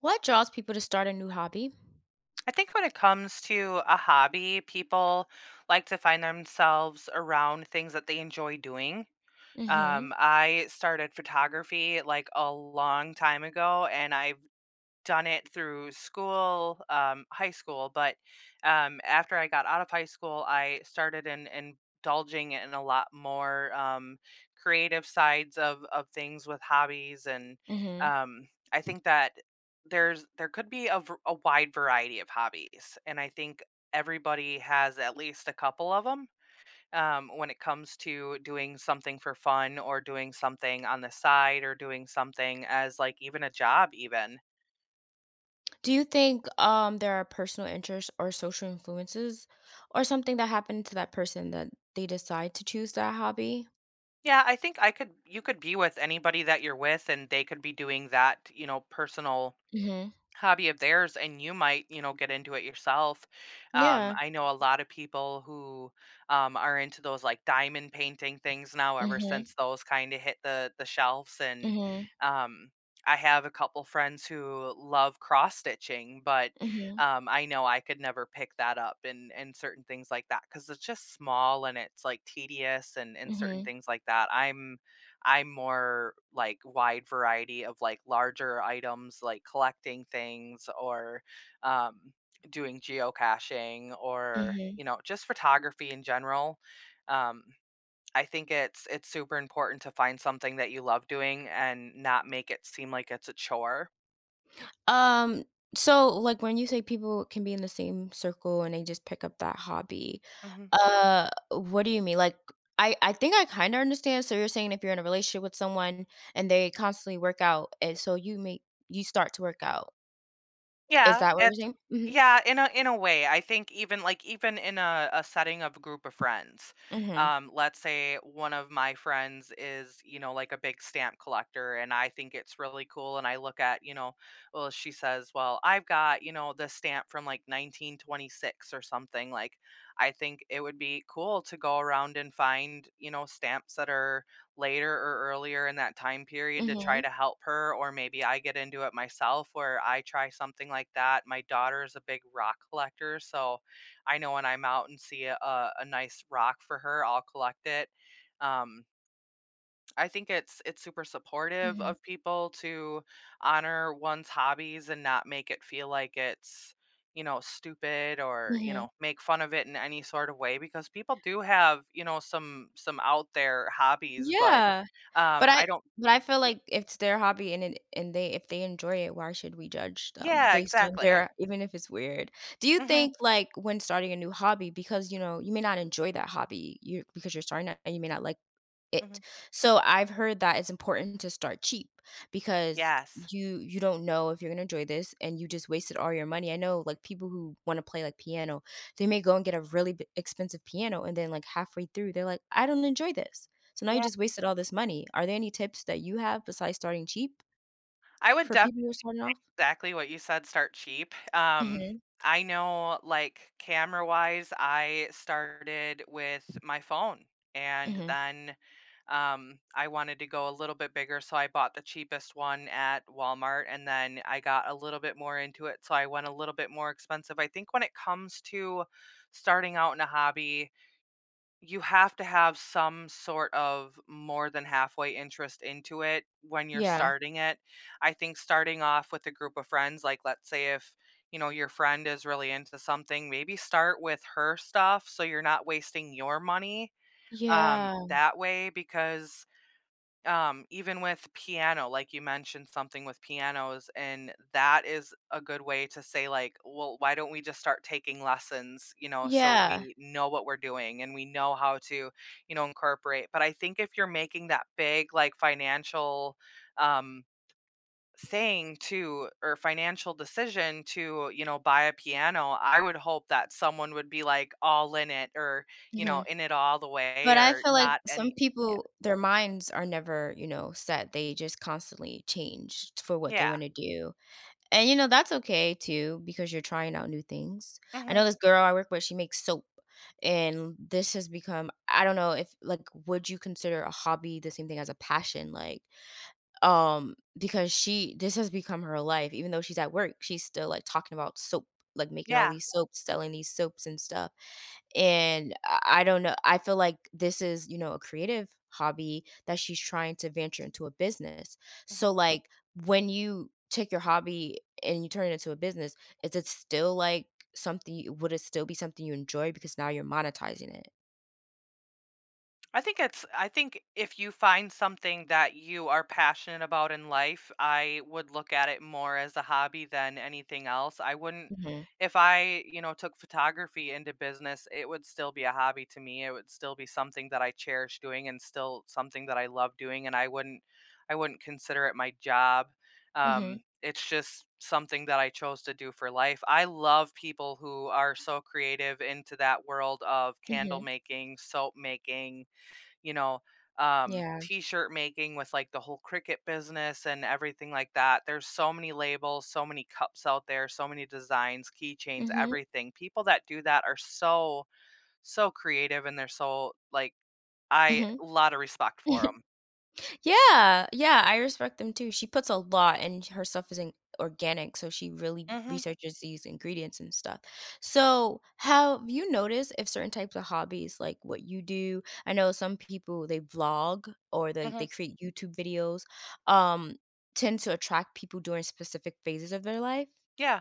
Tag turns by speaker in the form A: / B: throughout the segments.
A: What draws people to start a new hobby?
B: I think when it comes to a hobby, people like to find themselves around things that they enjoy doing.
A: Mhm.
B: I started photography like a long time ago, and I done it through school, high school, but after I got out of high school, I started in indulging in a lot more creative sides of things with hobbies, and
A: Mhm.
B: um, I think that there could be a wide variety of hobbies, and I think everybody has at least a couple of them when it comes to doing something for fun or doing something on the side or doing something as like even a job even.
A: Do you think there are personal interests or social influences or something that happened to that person that they decide to choose that hobby?
B: Yeah, I think I could you could be with anybody that you're with and they could be doing that, you know, personal
A: Mhm.
B: hobby of theirs and you might, you know, get into it yourself.
A: Yeah.
B: I know a lot of people who are into those like diamond painting things now ever
A: Mhm.
B: since those kind of hit the shelves. And
A: Mhm.
B: um I have a couple friends who love cross stitching, but
A: Mhm.
B: I know I could never pick that up, and certain things like that, because it's just small and it's like tedious, and certain
A: Mhm.
B: things like that. I'm more like wide variety of like larger items, like collecting things or um, doing geocaching or, you
A: Mhm.
B: know, just photography in general. Um, I think it's super important to find something that you love doing and not make it seem like it's a chore.
A: Um, so like when you say people can be in the same circle and they just pick up that hobby, what do you mean? Like I think I kind of understand. So you're saying if you're in a relationship with someone and they constantly work out, and so you start to work out. Is
B: Yeah,
A: that what you're saying? Mhm.
B: in a, way. I think even, like, even in a setting of a group of friends.
A: Mhm.
B: Let's say one of my friends is, you know, like a big stamp collector, and I think it's really cool. And I look at, you know, well, she says, well, I've got, you know, this stamp from like 1926 or something. Like, I think it would be cool to go around and find, you know, stamps that are later or earlier in that time period to try
A: Mhm.
B: to help her, or maybe I get into it myself where I try something like that. My daughter is a big rock collector, so I know when I'm out and see a nice rock for her, I'll collect it. Um I think it's super supportive
A: Mhm.
B: of people to honor one's hobbies and not make it feel like it's, you know, stupid, or, you
A: Mhm.
B: know, make fun of it in any sort of way, because people do have, you know, some out there hobbies. But
A: Yeah. But I
B: I don't
A: but I feel
B: y-
A: like it's their hobby and they if they enjoy it, why should we judge them
B: yeah,
A: based on
B: exactly.
A: their even if it's weird. Do you
B: Mhm.
A: think, like, when starting a new hobby because, you know, you may not enjoy that hobby, you because you're starting it and you may not like it,
B: Mhm.
A: so I've heard that it's important to start cheap because
B: Yes.
A: you don't know if you're gonna enjoy this and you just wasted all your money. I know, like, people who wanna play, like, piano, they may go and get a really b expensive piano, and then, like, halfway through, they're like, "I don't enjoy this." So now you
B: Yeah.
A: just wasted all this money. Are there any tips that you have besides starting cheap
B: I would
A: for
B: definitely
A: people who are starting off?
B: exactly what you said, start cheap.
A: Mhm,
B: I know, like, camera wise, I started with my phone, and
A: mhm.
B: then I wanted to go a little bit bigger. So I bought the cheapest one at Walmart, and then I got a little bit more into it. So I went a little bit more expensive. I think when it comes to starting out in a hobby, you have to have some sort of more than halfway interest into it when you're
A: Yeah.
B: starting it. I think starting off with a group of friends, like, let's say if, you know, your friend is really into something, maybe start with her stuff, so you're not wasting your money
A: Yeah.
B: that way, because even with piano, like, you mentioned something with pianos, and that is a good way to say, like, well, why don't we just start taking lessons, you know, so
A: Yeah.
B: we know what we're doing and we know how to, you know, incorporate. But I think if you're making that big, like, financial, um, saying to, or financial decision to, you know, buy a piano, I would hope that someone would be, like, all in it, or, you know,
A: Mhm.
B: in it all the way,
A: But I
B: or
A: feel like
B: not
A: some
B: any. Yeah.
A: people, their minds are never, set. They just constantly change for what they
B: Yeah.
A: wanna do, and, that's okay too because you're trying out new things. I
B: Mhm.
A: know this girl I work with, she makes soap, and this has become I don't know if like, would you consider a hobby the same thing as a passion? Like, because she this has become her life, even though she's at work, she's still, like, talking about soap, like, making all
B: Yeah.
A: these soaps, selling these soaps and stuff. And I don't know, I feel like this is, a creative hobby that she's trying to venture into a business. So, like, when you take your hobby and you turn it into a business, is it still like something you would it still be something you enjoy because now you're monetizing it?
B: I think it's I think if you find something that you are passionate about in life, I would look at it more as a hobby than anything else. I wouldn't,
A: Mhm.
B: if I, you know, took photography into business, it would still be a hobby to me. It would still be something that I cherish doing, and still something that I love doing, and I wouldn't consider it my job.
A: Mhm.
B: It's just something that I chose to do for life. I love people who are so creative into that world of candle
A: Mhm.
B: making, soap making, you know,
A: Yeah.
B: t-shirt making with like the whole cricket business and everything like that. There's so many labels, so many cups out there, so many designs, keychains,
A: Mhm.
B: everything. People that do that are so so creative, and they're so like I
A: Mhm.
B: a lot of respect for them.
A: Yeah, yeah, I respect them too. She puts a lot and her stuff isn't organic, so she really
B: Mhm.
A: researches these ingredients and stuff. So, have you noticed if certain types of hobbies, like what you do, I know some people they vlog or they
B: Mhm.
A: create YouTube videos, um, tend to attract people during specific phases of their life.
B: Yeah.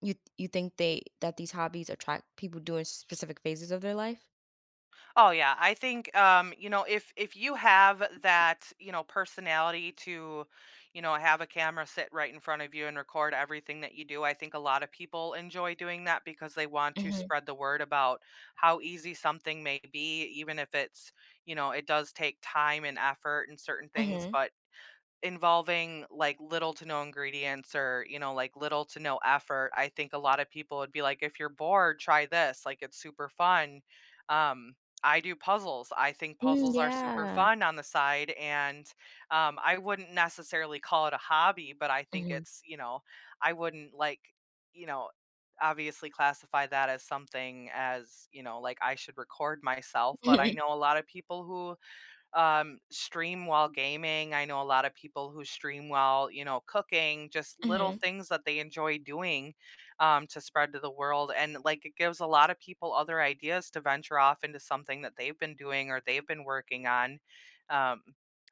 A: You think they that these hobbies attract people doing specific phases of their life?
B: Oh yeah, I think, you know, if you have that, you know, personality to, you know, have a camera sit right in front of you and record everything that you do, I think a lot of people enjoy doing that because they want to
A: Mhm.
B: spread the word about how easy something may be, even if it's, you know, it does take time and effort and certain things.
A: Mhm.
B: But involving like little to no ingredients, or, you know, like little to no effort, I think a lot of people would be like, if you're bored, try this, like, it's super fun. um I do puzzles. I think
A: Mm,
B: puzzles are super
A: yeah.
B: fun on the side. And I wouldn't necessarily call it a hobby, but I think
A: Mhm.
B: it's, you know, I wouldn't like, you know, obviously classify that as something as, you know, like, I should record myself. But I know a lot of people who stream while gaming. I know a lot of people who stream while, you know, cooking, just little
A: Mhm.
B: things that they enjoy doing to spread to the world. And like it gives a lot of people other ideas to venture off into something that they've been doing or they've been working on. Um,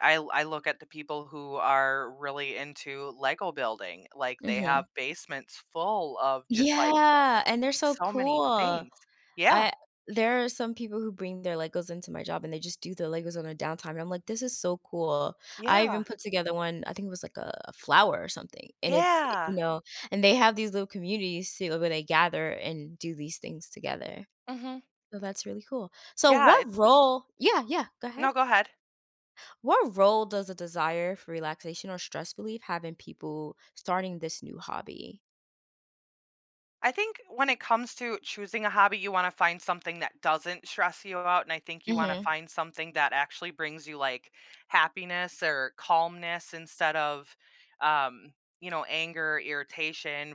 B: I look at the people who are really into Lego building. Like they have
A: Mhm.
B: basements full of just like
A: Yeah, and they're so
B: so many
A: cool.
B: things. Yeah.
A: I There are some people who bring their Legos into my job and they just do their Legos on their downtime, and I'm like, "This is so cool." I
B: Yeah.
A: even put together one, I think it was like a flower or something, and it's eh,
B: Yeah.
A: you know, and they have these little communities too where they gather and do these things together.
B: Hmm.
A: So that's really cool. So
B: Yeah.
A: what
B: It,
A: role Yeah, yeah, go ahead.
B: no, go ahead.
A: What role does a desire for relaxation or stress relief have in people starting this new hobby?
B: I think when it comes to choosing a hobby, you want to find something that doesn't stress you out. And I think you want to
A: Mhm,
B: find something that actually brings you like happiness or calmness, instead of, um, you know, anger, irritation,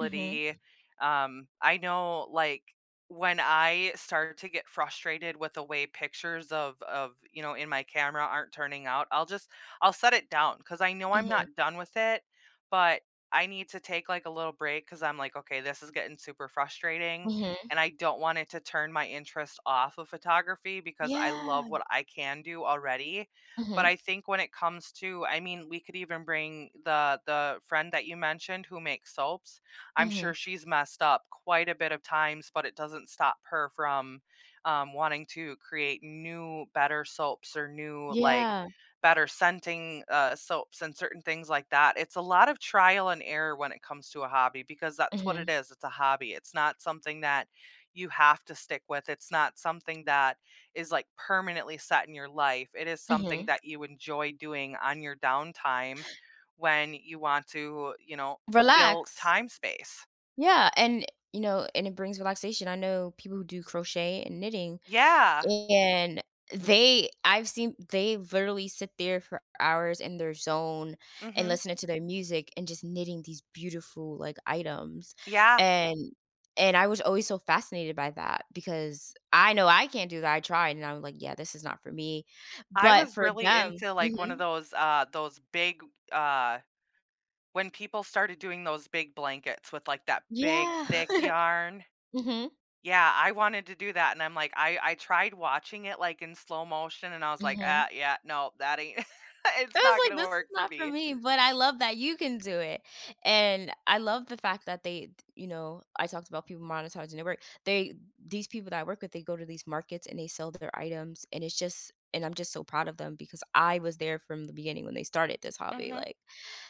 A: mhm,
B: I know, like, when I start to get frustrated with the way pictures you know, in my camera aren't turning out, I'll just, I'll set it down because I know I'm
A: mhm,
B: not done with it. But I need to take like a little break because I'm like, okay, this is getting super frustrating.
A: mhm.
B: And I don't want it to turn my interest off of photography because I
A: Yeah.
B: love what I can do already. But
A: Mhm,
B: I think when it comes to, I mean, we could even bring the friend that you mentioned who makes soaps. I'm
A: mhm.
B: sure she's messed up quite a bit of times, but it doesn't stop her from wanting to create new, better soaps, or new like
A: Yeah.
B: better scenting, soaps and certain things like that. It's a lot of trial and error when it comes to a hobby, because that's what it
A: Mhm,
B: is. It's a hobby. It's not something that you have to stick with. It's not something that is like permanently set in your life. It is something
A: mhm.
B: that you enjoy doing on your downtime when you want to, you know, fill
A: Relax.
B: time space.
A: Yeah, and it brings relaxation. I know people who do crochet and knitting,
B: Yeah.
A: and they I've seen they literally sit there for hours in their zone and
B: Mhm.
A: listening to their music and just knitting these beautiful, like, items,
B: Yeah.
A: and and I was always so fascinated by that because I know I can't do that. I tried, and I'm like, "Yeah, this is not for me."
B: I
A: But
B: was
A: for
B: really
A: them
B: into like one
A: mhm.
B: of those big uh when people started doing those big blankets with, like, that big,
A: Yeah.
B: thick yarn.
A: Mhm,
B: Yeah, I wanted to do that, and I'm like, I tried watching it, like, in slow motion, and I was like, ah,
A: mhm.
B: yeah, no, that ain't
A: I
B: it's not
A: was
B: gonna
A: like, "This is
B: work for
A: not for
B: me.
A: me," but I love that you can do it, and I love the fact that I talked about people monetizing their work. They These people that I work with, they go to these markets and they sell their items, and I'm just so proud of them because I was there from the beginning when they started this hobby,
B: Mhm,
A: like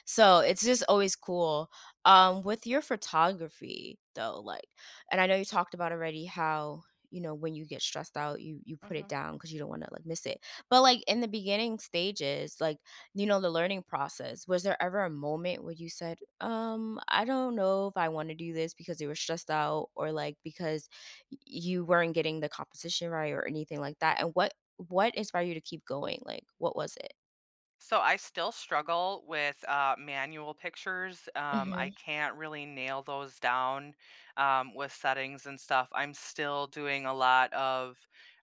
A: so it's just always cool. With your photography, though, like and I know you talked about already how, when you get stressed out, you put it
B: mhm.
A: down because you don't wanna, like, miss it. But, like, in the beginning stages, like, the learning process. Was there ever a moment where you said, I don't know if I want to do this because you were stressed out or like because you weren't getting the composition right or anything like that? And what inspired you to keep going? Like what was it?
B: So I still struggle with manual pictures. I
A: Mhm.
B: can't really nail those down with settings and stuff. I'm still doing a lot of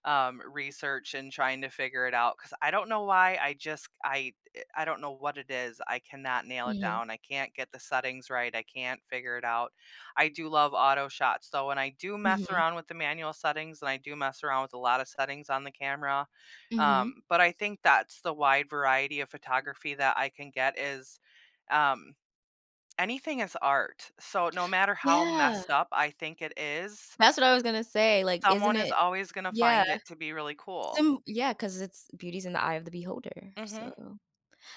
B: research and trying to figure it out, because I don't know why. I just I eh, I don't know what it is. I cannot nail it
A: Mhm.
B: down. I can't get the settings right. I can't figure it out. I do love auto shots though, and I do mess
A: Mhm.
B: around with the manual settings, and I do mess around with a lot of settings on the camera,
A: Mhm.
B: but I think that's the wide variety of photography that I can get is um, anything is art. So no matter how
A: Yeah.
B: messed up I think it is,
A: That's what I was going to say. Like
B: someone
A: isn't
B: is
A: it
B: always going to
A: Yeah.
B: find it to be really cool.
A: Some Yeah, cuz it's beauty's in the eye of the beholder.
B: Hmm.
A: So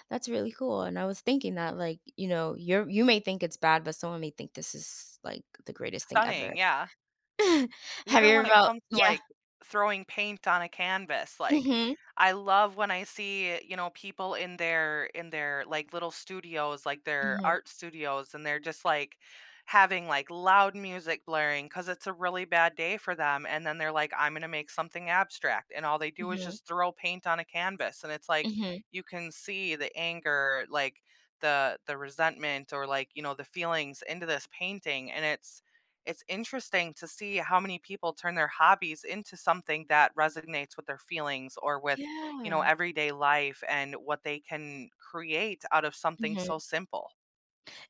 A: that's really cool, and I was thinking that, like, you may think it's bad, but someone may think this is, like, the greatest thing ever.
B: Stunning. Yeah.
A: Have you
B: Even when
A: ever
B: it
A: felt
B: comes to,
A: Yeah.
B: like, throwing paint on a canvas, like,
A: Mhm.
B: I love when I see, you know, people in their like, little studios, like, their
A: Mhm.
B: art studios, and they're just, like, having, like, loud music blaring because it's a really bad day for them, and then they're like, I'm gonna make something abstract, and all they do is
A: Mhm.
B: just throw paint on a canvas, and it's like,
A: Mhm.
B: you can see the anger, like, the resentment, or, like, you know, the feelings into this painting, and it's interesting to see how many people turn their hobbies into something that resonates with their feelings, or with, you know,
A: Yeah.
B: everyday life, and what they can create out of something
A: Mhm.
B: so simple.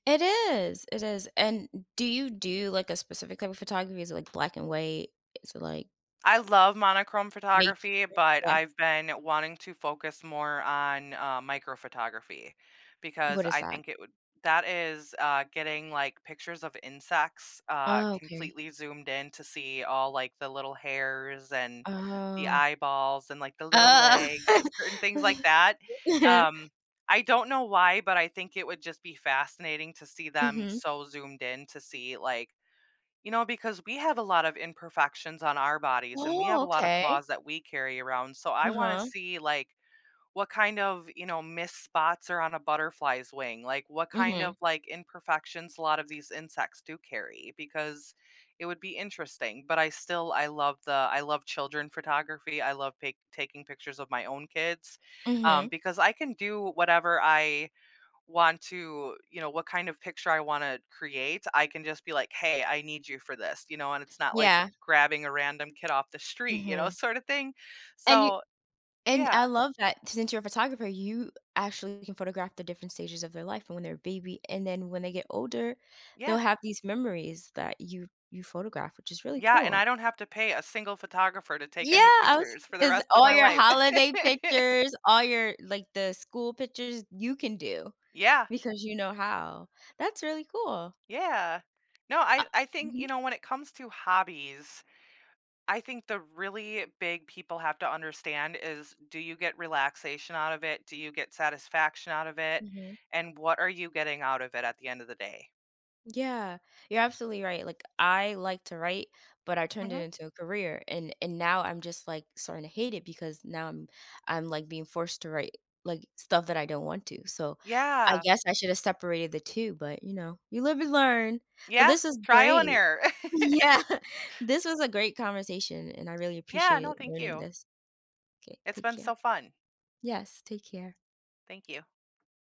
A: It is, and do you do, like, a specific type of photography? Is it, like, black and white? Is it, like,
B: I love monochrome
A: nature?
B: photography, but
A: Yeah.
B: I've been wanting to focus more on micro photography, because
A: What is
B: I
A: that?
B: think it would that is, getting like pictures of insects
A: Oh, okay.
B: completely zoomed in to see all like the little hairs and the
A: Oh.
B: eyeballs and like the little
A: Oh.
B: legs, certain things like that. Um, I don't know why, but I think it would just be fascinating to see them
A: Mhm.
B: so zoomed in to see like, you know, because we have a lot of imperfections on our bodies, and we have
A: Oh,
B: a lot of
A: okay.
B: flaws that we carry around. So I want to
A: Uh-huh.
B: see like what kind of, you know, missed spots are on a butterfly's wing. Like, what kind
A: Mhm.
B: of like imperfections a lot of these insects do carry, because it would be interesting. But I love the I love children photography. I love taking pictures of my own kids,
A: Mhm.
B: because I can do whatever I want to, you know, what kind of picture I want to create, I can just be like, hey, I need you for this, you know, and it's not like
A: Yeah.
B: grabbing a random kid off the street, you know,
A: Mhm.
B: sort of thing.
A: And you
B: So,
A: and
B: yeah,
A: I love that since you're a photographer, you actually can photograph the different stages of their life and when they're a baby, and then when they get older, they'll
B: yeah,
A: have these memories that you photograph, which is really
B: yeah, and I
A: cool.
B: don't have to pay a single photographer to take
A: Yeah,
B: any
A: I was
B: pictures for the
A: is
B: rest of
A: all
B: my
A: your
B: life.
A: holiday pictures, all your like, the school pictures you can do
B: Yeah,
A: because you know how. That's really cool.
B: yeah. No,
A: Uh
B: I think, you
A: mhm,
B: know, when it comes to hobbies, I think the really big people have to understand is, do you get relaxation out of it? Do you get satisfaction out of it?
A: mhm.
B: And what are you getting out of it at the end of the day?
A: Yeah, you're absolutely right. Like I like to write, but I turned it
B: Mhm.
A: into a career and now I'm just like starting to hate it because now I'm like being forced to write like stuff that I don't want to. So I
B: Yeah.
A: guess I should have separated the two, but you live and learn. But
B: Yeah.
A: this is
B: Trial and
A: great.
B: error.
A: Yeah. This was a great conversation and I really
B: Yeah. No,
A: appreciated
B: thank
A: learning
B: you.
A: this. Okay,
B: It's
A: take
B: been
A: care.
B: so fun.
A: Yes, take care.
B: Thank you.